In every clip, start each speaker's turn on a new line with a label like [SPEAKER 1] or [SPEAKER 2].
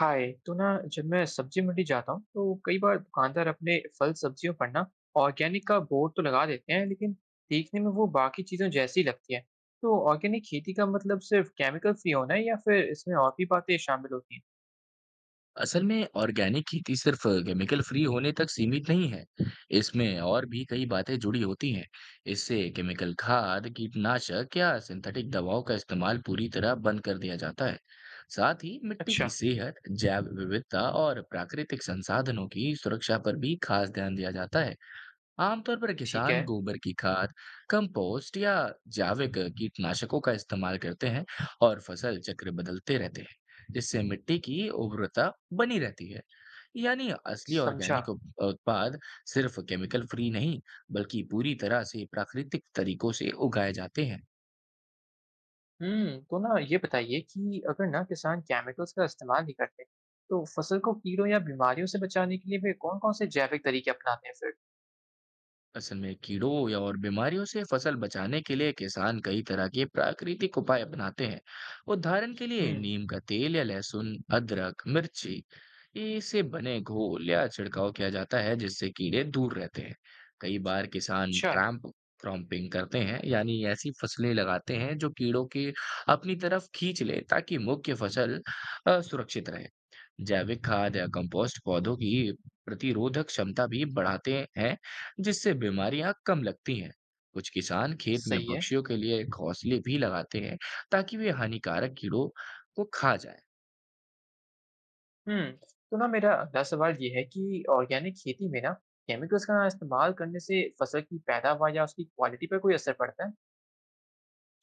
[SPEAKER 1] हाय तो ना, जब मैं सब्जी मंडी जाता हूँ तो कई बार दुकानदार अपने फल सब्जियों पर ना ऑर्गेनिक का बोर्ड तो लगा देते हैं, लेकिन देखने में वो बाकी चीजों जैसी लगती है। तो ऑर्गेनिक खेती का मतलब सिर्फ केमिकल फ्री होना है या फिर इसमें और भी बातें शामिल होती हैं?
[SPEAKER 2] असल में ऑर्गेनिक खेती सिर्फ केमिकल फ्री होने तक सीमित नहीं है। इसमें और भी कई बातें जुड़ी होती हैं। इससे केमिकल खाद कीटनाशक या सिंथेटिक दवाओं का इस्तेमाल पूरी तरह बंद कर दिया जाता है। साथ ही मिट्टी की
[SPEAKER 1] अच्छा।
[SPEAKER 2] सेहत, जैव विविधता और प्राकृतिक संसाधनों की सुरक्षा पर भी खास ध्यान दिया जाता है। आमतौर पर
[SPEAKER 1] ठीक है।
[SPEAKER 2] किसान गोबर की खाद, कंपोस्ट या जैविक कीटनाशकों का इस्तेमाल करते हैं और फसल चक्र बदलते रहते हैं, जिससे मिट्टी की उर्वरता बनी रहती है। यानी असली
[SPEAKER 1] समझा।
[SPEAKER 2] ऑर्गेनिक उत्पाद सिर्फ केमिकल फ्री नहीं, बल्कि पूरी तरह से प्राकृतिक तरीकों से उगाए जाते हैं।
[SPEAKER 1] हम्म, तो ना ये बताइए कि अगर ना किसान केमिकल्स का इस्तेमाल नहीं करते तो फसल को कीड़ों या बीमारियों से बचाने के लिए वे कौन कौन से जैविक तरीके अपनाते हैं फिर?
[SPEAKER 2] असल में कीड़ों या और बीमारियों से फसल बचाने के लिए किसान कई तरह के प्राकृतिक उपाय अपनाते हैं। उदाहरण के लिए
[SPEAKER 1] हम्म।
[SPEAKER 2] नीम का तेल या लहसुन अदरक मिर्ची, ये इससे बने घोल या छिड़काव किया जाता है जिससे कीड़े दूर रहते हैं। कई बार किसान
[SPEAKER 1] अच्छा।
[SPEAKER 2] ट्रैम्प क्रॉपिंग करते हैं, यानी ऐसी फसलें लगाते हैं जो कीड़ों के अपनी तरफ खींच ले ताकि मुख्य फसल सुरक्षित रहे। जैविक खाद या कंपोस्ट पौधों की प्रतिरोधक क्षमता भी बढ़ाते हैं जिससे बीमारियां कम लगती हैं। कुछ किसान खेत में
[SPEAKER 1] सही है।
[SPEAKER 2] पक्षियों के लिए घोंसले भी लगाते हैं ताकि वे हानिकारक कीड़ों को खा जाए।
[SPEAKER 1] हम्म, तो ना मेरा अगला सवाल ये है कि ऑर्गेनिक खेती में ना केमिकल्स का इस्तेमाल करने से फसल की पैदावार या उसकी क्वालिटी पर कोई असर पड़ता है?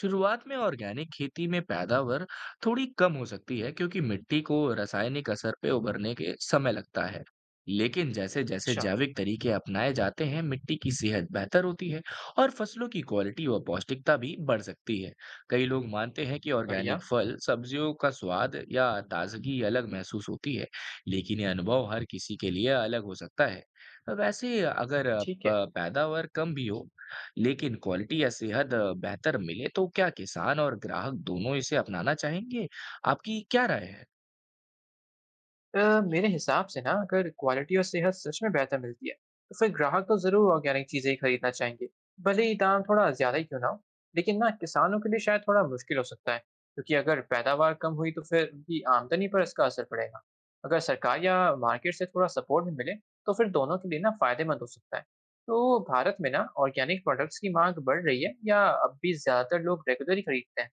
[SPEAKER 2] शुरुआत में ऑर्गेनिक खेती में पैदावार थोड़ी कम हो सकती है क्योंकि मिट्टी को रासायनिक असर पे उभरने के समय लगता है, लेकिन जैसे जैसे
[SPEAKER 1] अच्छा।
[SPEAKER 2] जैविक तरीके अपनाए जाते हैं मिट्टी की सेहत बेहतर होती है और फसलों की क्वालिटी व पौष्टिकता भी बढ़ सकती है। कई लोग मानते हैं कि
[SPEAKER 1] बढ़िया।
[SPEAKER 2] ऑर्गेनिक फल सब्जियों का स्वाद या ताजगी अलग महसूस होती है, लेकिन यह अनुभव हर किसी के लिए अलग हो सकता है। वैसे अगर
[SPEAKER 1] ठीक है।
[SPEAKER 2] पैदावार कम भी हो लेकिन क्वालिटी या सेहत बेहतर मिले तो क्या किसान और ग्राहक दोनों इसे अपनाना चाहेंगे? आपकी क्या राय है?
[SPEAKER 1] मेरे हिसाब से ना अगर क्वालिटी और सेहत सच में बेहतर मिलती है तो फिर ग्राहक तो जरूर ऑर्गेनिक चीजें ही खरीदना चाहेंगे, भले ही दाम थोड़ा ज्यादा ही क्यों ना हो। लेकिन ना किसानों के लिए शायद थोड़ा मुश्किल हो सकता है, क्योंकि अगर पैदावार कम हुई तो फिर उनकी आमदनी पर इसका असर पड़ेगा। अगर सरकार या मार्केट से थोड़ा सपोर्ट भी मिले तो फिर दोनों के लिए ना फायदेमंद हो सकता है। तो भारत में ना ऑर्गेनिक प्रोडक्ट्स की मांग बढ़ रही है या अब भी ज्यादातर लोग रेगुलर ही खरीदते हैं?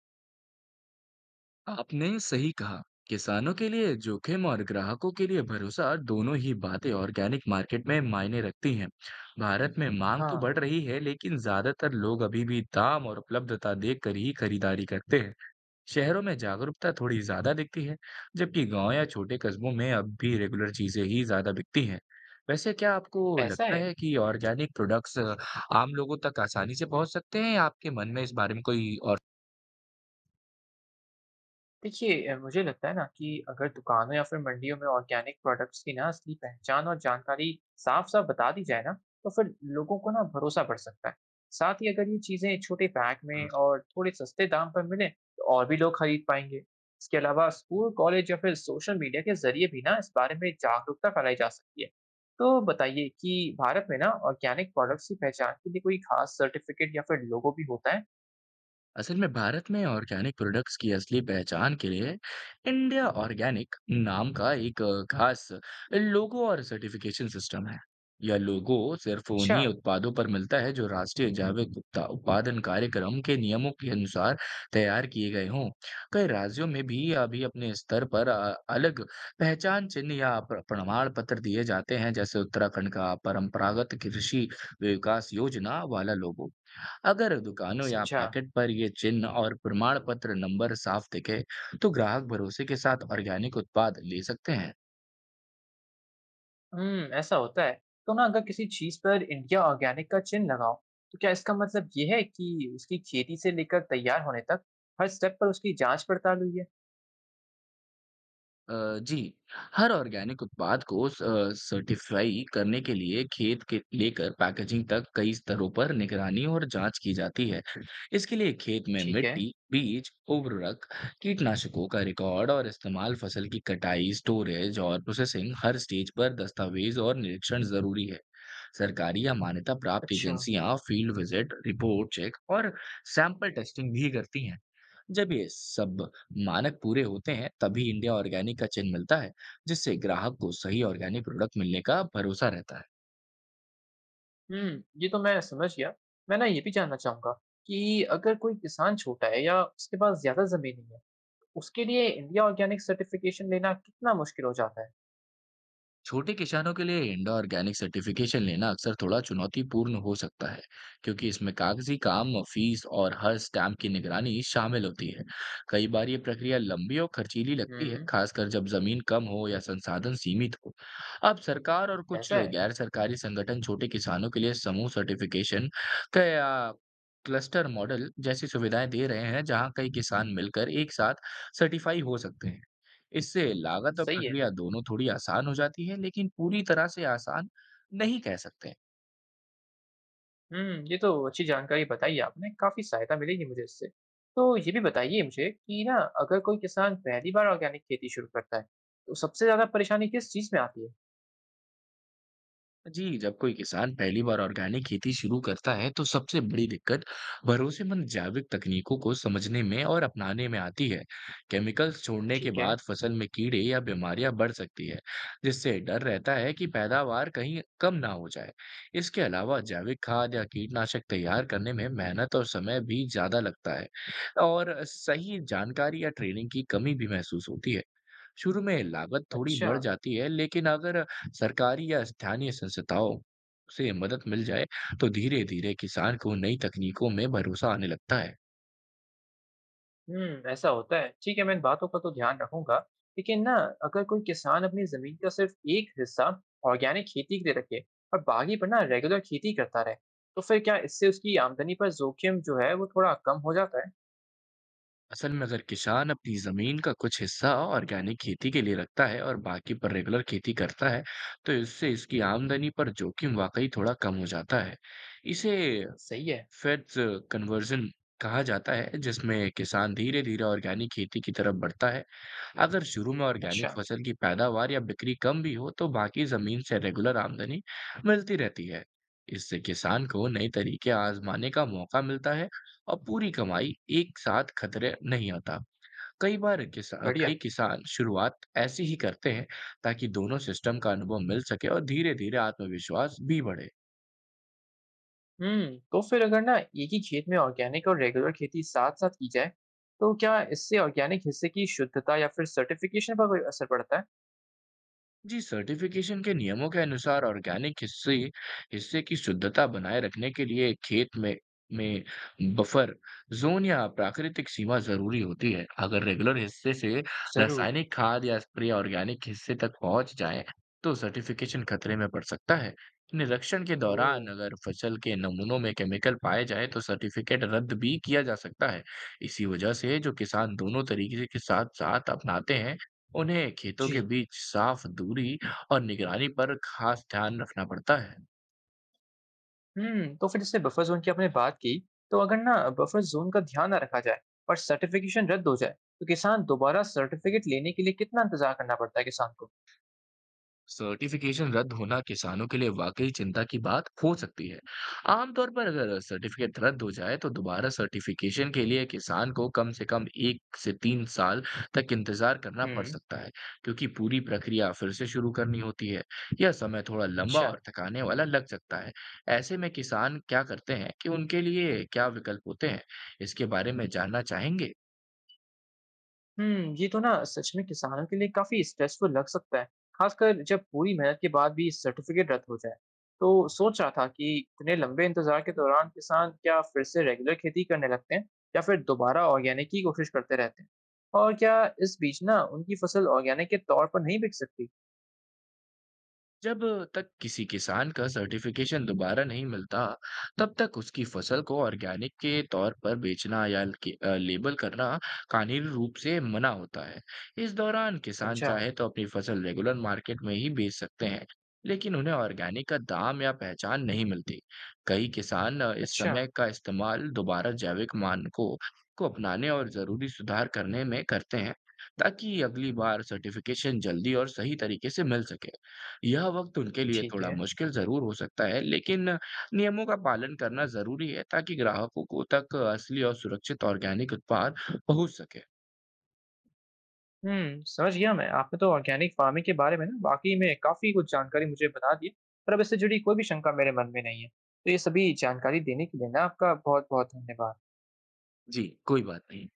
[SPEAKER 2] आपने सही कहा। किसानों के लिए जोखिम और ग्राहकों के लिए भरोसा दोनों ही बातें ऑर्गेनिक मार्केट में मायने रखती हैं। भारत में मांग तो
[SPEAKER 1] हाँ।
[SPEAKER 2] बढ़ रही है, लेकिन ज्यादातर लोग अभी भी दाम और उपलब्धता देखकर ही खरीदारी करते हैं। शहरों में जागरूकता थोड़ी ज़्यादा दिखती है, जबकि गांव या छोटे कस्बों में अब भी रेगुलर चीज़ें ही ज़्यादा बिकती हैं। वैसे क्या आपको
[SPEAKER 1] ऐसा
[SPEAKER 2] लगता
[SPEAKER 1] है।
[SPEAKER 2] है कि ऑर्गेनिक प्रोडक्ट्स आम लोगों तक आसानी से पहुंच सकते हैं, या आपके मन में इस बारे में कोई और?
[SPEAKER 1] देखिए, मुझे लगता है ना कि अगर दुकानों या फिर मंडियों में ऑर्गेनिक प्रोडक्ट्स की ना असली पहचान और जानकारी साफ-साफ बता दी जाए ना, तो फिर लोगों को ना भरोसा बढ़ सकता है। साथ ही अगर ये चीज़ें छोटे पैक में और थोड़े सस्ते दाम पर मिले, तो और भी लोग खरीद पाएंगे। इसके अलावा स्कूल, कॉलेज या फिर सोशल मीडिया के ज़रिए भी ना इस बारे में जागरूकता फैलाई जा सकती है। तो बताइए कि भारत में ना ऑर्गेनिक प्रोडक्ट्स की पहचान के लिए कोई खास सर्टिफिकेट या फिर लोगो भी होता है?
[SPEAKER 2] असल में भारत में ऑर्गेनिक प्रोडक्ट्स की असली पहचान के लिए इंडिया ऑर्गेनिक नाम का एक खास लोगो और सर्टिफिकेशन सिस्टम है। यह लोगो सिर्फ
[SPEAKER 1] अच्छा।
[SPEAKER 2] उन्हीं उत्पादों पर मिलता है जो राष्ट्रीय जैविक उत्पादन कार्यक्रम के नियमों के अनुसार तैयार किए गए हों। कई राज्यों में भी अभी अपने स्तर पर अलग पहचान चिन्ह या प्रमाण पत्र दिए जाते हैं, जैसे उत्तराखंड का परंपरागत कृषि विकास योजना वाला लोगो। अगर दुकानों या
[SPEAKER 1] समझा।
[SPEAKER 2] पैकेट पर ये चिन्ह और प्रमाण पत्र नंबर साफ दिखे तो ग्राहक भरोसे के साथ ऑर्गेनिक उत्पाद ले सकते हैं।
[SPEAKER 1] हम्म, ऐसा होता है। तो ना अगर किसी चीज पर इंडिया ऑर्गेनिक का चिन्ह लगाओ तो क्या इसका मतलब ये है कि उसकी खेती से लेकर तैयार होने तक हर स्टेप पर उसकी जांच पड़ताल हुई है?
[SPEAKER 2] अ, जी, हर ऑर्गेनिक उत्पाद को सर्टिफ़ाई करने के लिए खेत के लेकर पैकेजिंग तक कई स्तरों पर निगरानी और जाँच की जाती है। इसके लिए खेत में
[SPEAKER 1] ठीक है।
[SPEAKER 2] मिट्टी, बीज, उर्वरक, कीटनाशकों का रिकॉर्ड और इस्तेमाल, फसल की कटाई, स्टोरेज और प्रोसेसिंग हर स्टेज पर दस्तावेज़ और निरीक्षण ज़रूरी है। सरकारी या मान्यता प्राप्त
[SPEAKER 1] अच्छा।
[SPEAKER 2] एजेंसियाँ फ़ील्ड विज़िट, रिपोर्ट चेक और सैंपल टेस्टिंग भी करती हैं। जब ये सब मानक पूरे होते हैं तभी इंडिया ऑर्गेनिक का चिन्ह मिलता है, जिससे ग्राहक को सही ऑर्गेनिक प्रोडक्ट मिलने का भरोसा रहता है।
[SPEAKER 1] हम्म, ये तो मैं समझ गया। मैं ना ये भी जानना चाहूंगा कि अगर कोई किसान छोटा है या उसके पास ज्यादा जमीन नहीं है, उसके लिए इंडिया ऑर्गेनिक सर्टिफिकेशन लेना कितना मुश्किल हो जाता है?
[SPEAKER 2] छोटे किसानों के लिए इंडो ऑर्गेनिक सर्टिफिकेशन लेना अक्सर थोड़ा चुनौतीपूर्ण हो सकता है क्योंकि इसमें कागजी काम, फीस और हर स्टैम्प की निगरानी शामिल होती है। कई बार ये प्रक्रिया लंबी और खर्चीली लगती है,
[SPEAKER 1] हम्म।
[SPEAKER 2] खासकर जब जमीन कम हो या संसाधन सीमित हो। अब सरकार और कुछ
[SPEAKER 1] ऐसा है।
[SPEAKER 2] गैर सरकारी संगठन छोटे किसानों के लिए समूह सर्टिफिकेशन का या क्लस्टर मॉडल जैसी सुविधाएं दे रहे हैं, जहां कई किसान मिलकर एक साथ सर्टिफाई हो सकते हैं। इससे लागत और
[SPEAKER 1] सही है।
[SPEAKER 2] प्रक्रिया दोनों थोड़ी आसान हो जाती है, लेकिन पूरी तरह से आसान नहीं कह सकते।
[SPEAKER 1] हुँ, ये तो अच्छी जानकारी बताई आपने, काफ़ी सहायता मिलेगी मुझे इससे। तो ये भी बताइए मुझे कि ना अगर कोई किसान पहली बार ऑर्गेनिक खेती शुरू करता है, तो सबसे ज़्यादा परेशानी किस चीज़ में आती है?
[SPEAKER 2] जी, जब कोई किसान पहली बार ऑर्गेनिक खेती शुरू करता है, तो सबसे बड़ी दिक्कत भरोसेमंद जैविक तकनीकों को समझने में और अपनाने में आती है। केमिकल्स छोड़ने के
[SPEAKER 1] ठीक है।
[SPEAKER 2] बाद फसल में कीड़े या बीमारियां बढ़ सकती है, जिससे डर रहता है कि पैदावार कहीं कम ना हो जाए। इसके अलावा जैविक खाद या कीटनाशक तैयार करने में मेहनत और समय भी ज़्यादा लगता है और सही जानकारी या ट्रेनिंग की कमी भी महसूस होती है। शुरू में लागत थोड़ी
[SPEAKER 1] अच्छा।
[SPEAKER 2] बढ़ जाती है, लेकिन अगर सरकारी या स्थानीय संस्थाओं से मदद मिल जाए तो धीरे धीरे किसान को नई तकनीकों में भरोसा आने लगता है।
[SPEAKER 1] हुँ, ऐसा होता है। ठीक है, मैं इन बातों का तो ध्यान रखूँगा, लेकिन ना अगर कोई किसान अपनी ज़मीन का सिर्फ़ एक हिस्सा ऑर्गेनिक खेती के लिए रखे और बाकी पर ना रेगुलर खेती करता रहे, तो फिर क्या इससे उसकी आमदनी पर जोखिम जो है वो थोड़ा कम हो जाता है?
[SPEAKER 2] असल में अगर किसान अपनी जमीन का कुछ हिस्सा ऑर्गेनिक खेती के लिए रखता है और बाकी पर रेगुलर खेती करता है, तो इससे इसकी आमदनी पर जोखिम वाकई थोड़ा कम हो जाता है। इसे
[SPEAKER 1] सही है।
[SPEAKER 2] फेड्स कन्वर्जन कहा जाता है, जिसमें किसान धीरे धीरे ऑर्गेनिक खेती की तरफ बढ़ता है। अगर शुरू में ऑर्गेनिक
[SPEAKER 1] अच्छा।
[SPEAKER 2] फसल की पैदावार या बिक्री कम भी हो तो बाकी जमीन से रेगुलर आमदनी मिलती रहती है। इससे किसान को नए तरीके आजमाने का मौका मिलता है और पूरी कमाई एक साथ खतरे नहीं आता। कई बार
[SPEAKER 1] बढ़िया।
[SPEAKER 2] कई किसान शुरुआत ऐसी ही करते हैं ताकि दोनों सिस्टम का अनुभव मिल सके और धीरे धीरे आत्मविश्वास भी बढ़े।
[SPEAKER 1] हम्म, तो फिर अगर ना एक ही खेत में ऑर्गेनिक और रेगुलर खेती साथ साथ की जाए तो क्या इससे ऑर्गेनिक हिस्से की शुद्धता या फिर सर्टिफिकेशन पर कोई असर पड़ता है?
[SPEAKER 2] जी, सर्टिफिकेशन के नियमों के अनुसार ऑर्गेनिक हिस्से हिस्से की शुद्धता बनाए रखने के लिए खेत में बफर जोन या प्राकृतिक सीमा जरूरी होती है। अगर रेगुलर हिस्से से
[SPEAKER 1] जरूर।
[SPEAKER 2] रासायनिक खाद या स्प्रे ऑर्गेनिक हिस्से तक पहुंच जाए तो सर्टिफिकेशन खतरे में पड़ सकता है। निरीक्षण के
[SPEAKER 1] ओ।
[SPEAKER 2] दौरान अगर फसल के नमूनों में केमिकल पाए जाए तो सर्टिफिकेट रद्द भी किया जा सकता है। इसी वजह से जो किसान दोनों तरीके के साथ साथ अपनाते हैं, उन्हें खेतों
[SPEAKER 1] जी।
[SPEAKER 2] के बीच साफ दूरी और निगरानी पर खास ध्यान रखना पड़ता है।
[SPEAKER 1] हम्म, तो फिर जैसे बफर जोन की आपने बात की, तो अगर ना बफर जोन का ध्यान ना रखा जाए और सर्टिफिकेशन रद्द हो जाए तो किसान दोबारा सर्टिफिकेट लेने के लिए कितना इंतजार करना पड़ता है किसान को?
[SPEAKER 2] सर्टिफिकेशन रद्द होना किसानों के लिए वाकई चिंता की बात हो सकती है। आमतौर पर अगर सर्टिफिकेट रद्द हो जाए तो दोबारा सर्टिफिकेशन के लिए किसान को कम से कम एक से तीन साल तक इंतजार करना पड़
[SPEAKER 1] हम्म।
[SPEAKER 2] सकता है, क्योंकि पूरी प्रक्रिया फिर से शुरू करनी होती है। यह समय थोड़ा लंबा
[SPEAKER 1] अच्छा।
[SPEAKER 2] और थकाने वाला लग सकता है। ऐसे में किसान क्या करते हैं, कि उनके लिए क्या विकल्प होते हैं, इसके बारे में जानना चाहेंगे?
[SPEAKER 1] हुँ, ये तो ना सच में किसानों के लिए काफ़ी स्ट्रेसफुल लग सकता है, ख़ासकर जब पूरी मेहनत के बाद भी सर्टिफ़िकेट रद्द हो जाए। तो सोच रहा था कि इतने लंबे इंतज़ार के दौरान किसान क्या फिर से रेगुलर खेती करने लगते हैं या फिर दोबारा ऑर्गेनिक की कोशिश करते रहते हैं? और क्या इस बीच ना उनकी फसल ऑर्गेनिक के तौर पर नहीं बिक सकती?
[SPEAKER 2] जब तक किसी किसान का सर्टिफिकेशन दोबारा नहीं मिलता, तब तक उसकी फसल को ऑर्गेनिक के तौर पर बेचना या लेबल करना कानूनी रूप से मना होता है। इस दौरान किसान
[SPEAKER 1] समझा।
[SPEAKER 2] चाहे तो अपनी फसल रेगुलर मार्केट में ही बेच सकते हैं, लेकिन उन्हें ऑर्गेनिक का दाम या पहचान नहीं मिलती। कई किसान इस
[SPEAKER 1] अच्छा।
[SPEAKER 2] समय का इस्तेमाल दोबारा जैविक मानकों को अपनाने और जरूरी सुधार करने में करते हैं, ताकि अगली बार सर्टिफिकेशन जल्दी और सही तरीके से मिल सके। यह वक्त उनके लिए
[SPEAKER 1] ठीक
[SPEAKER 2] थोड़ा
[SPEAKER 1] है।
[SPEAKER 2] मुश्किल ज़रूर हो सकता है, लेकिन नियमों का पालन करना ज़रूरी है ताकि ग्राहकों को तक असली और सुरक्षित ऑर्गेनिक उत्पाद पहुँच सके।
[SPEAKER 1] हुँ, समझ गया मैं। आपने तो ऑर्गेनिक फ़ार्मिंग के बारे में ना वाक़ई में काफ़ी कुछ जानकारी मुझे बता दी है और अब इससे जुड़ी कोई भी शंका मेरे मन में नहीं है। तो ये सभी जानकारी देने के लिए ना आपका बहुत-बहुत धन्यवाद।
[SPEAKER 2] जी, कोई बात नहीं।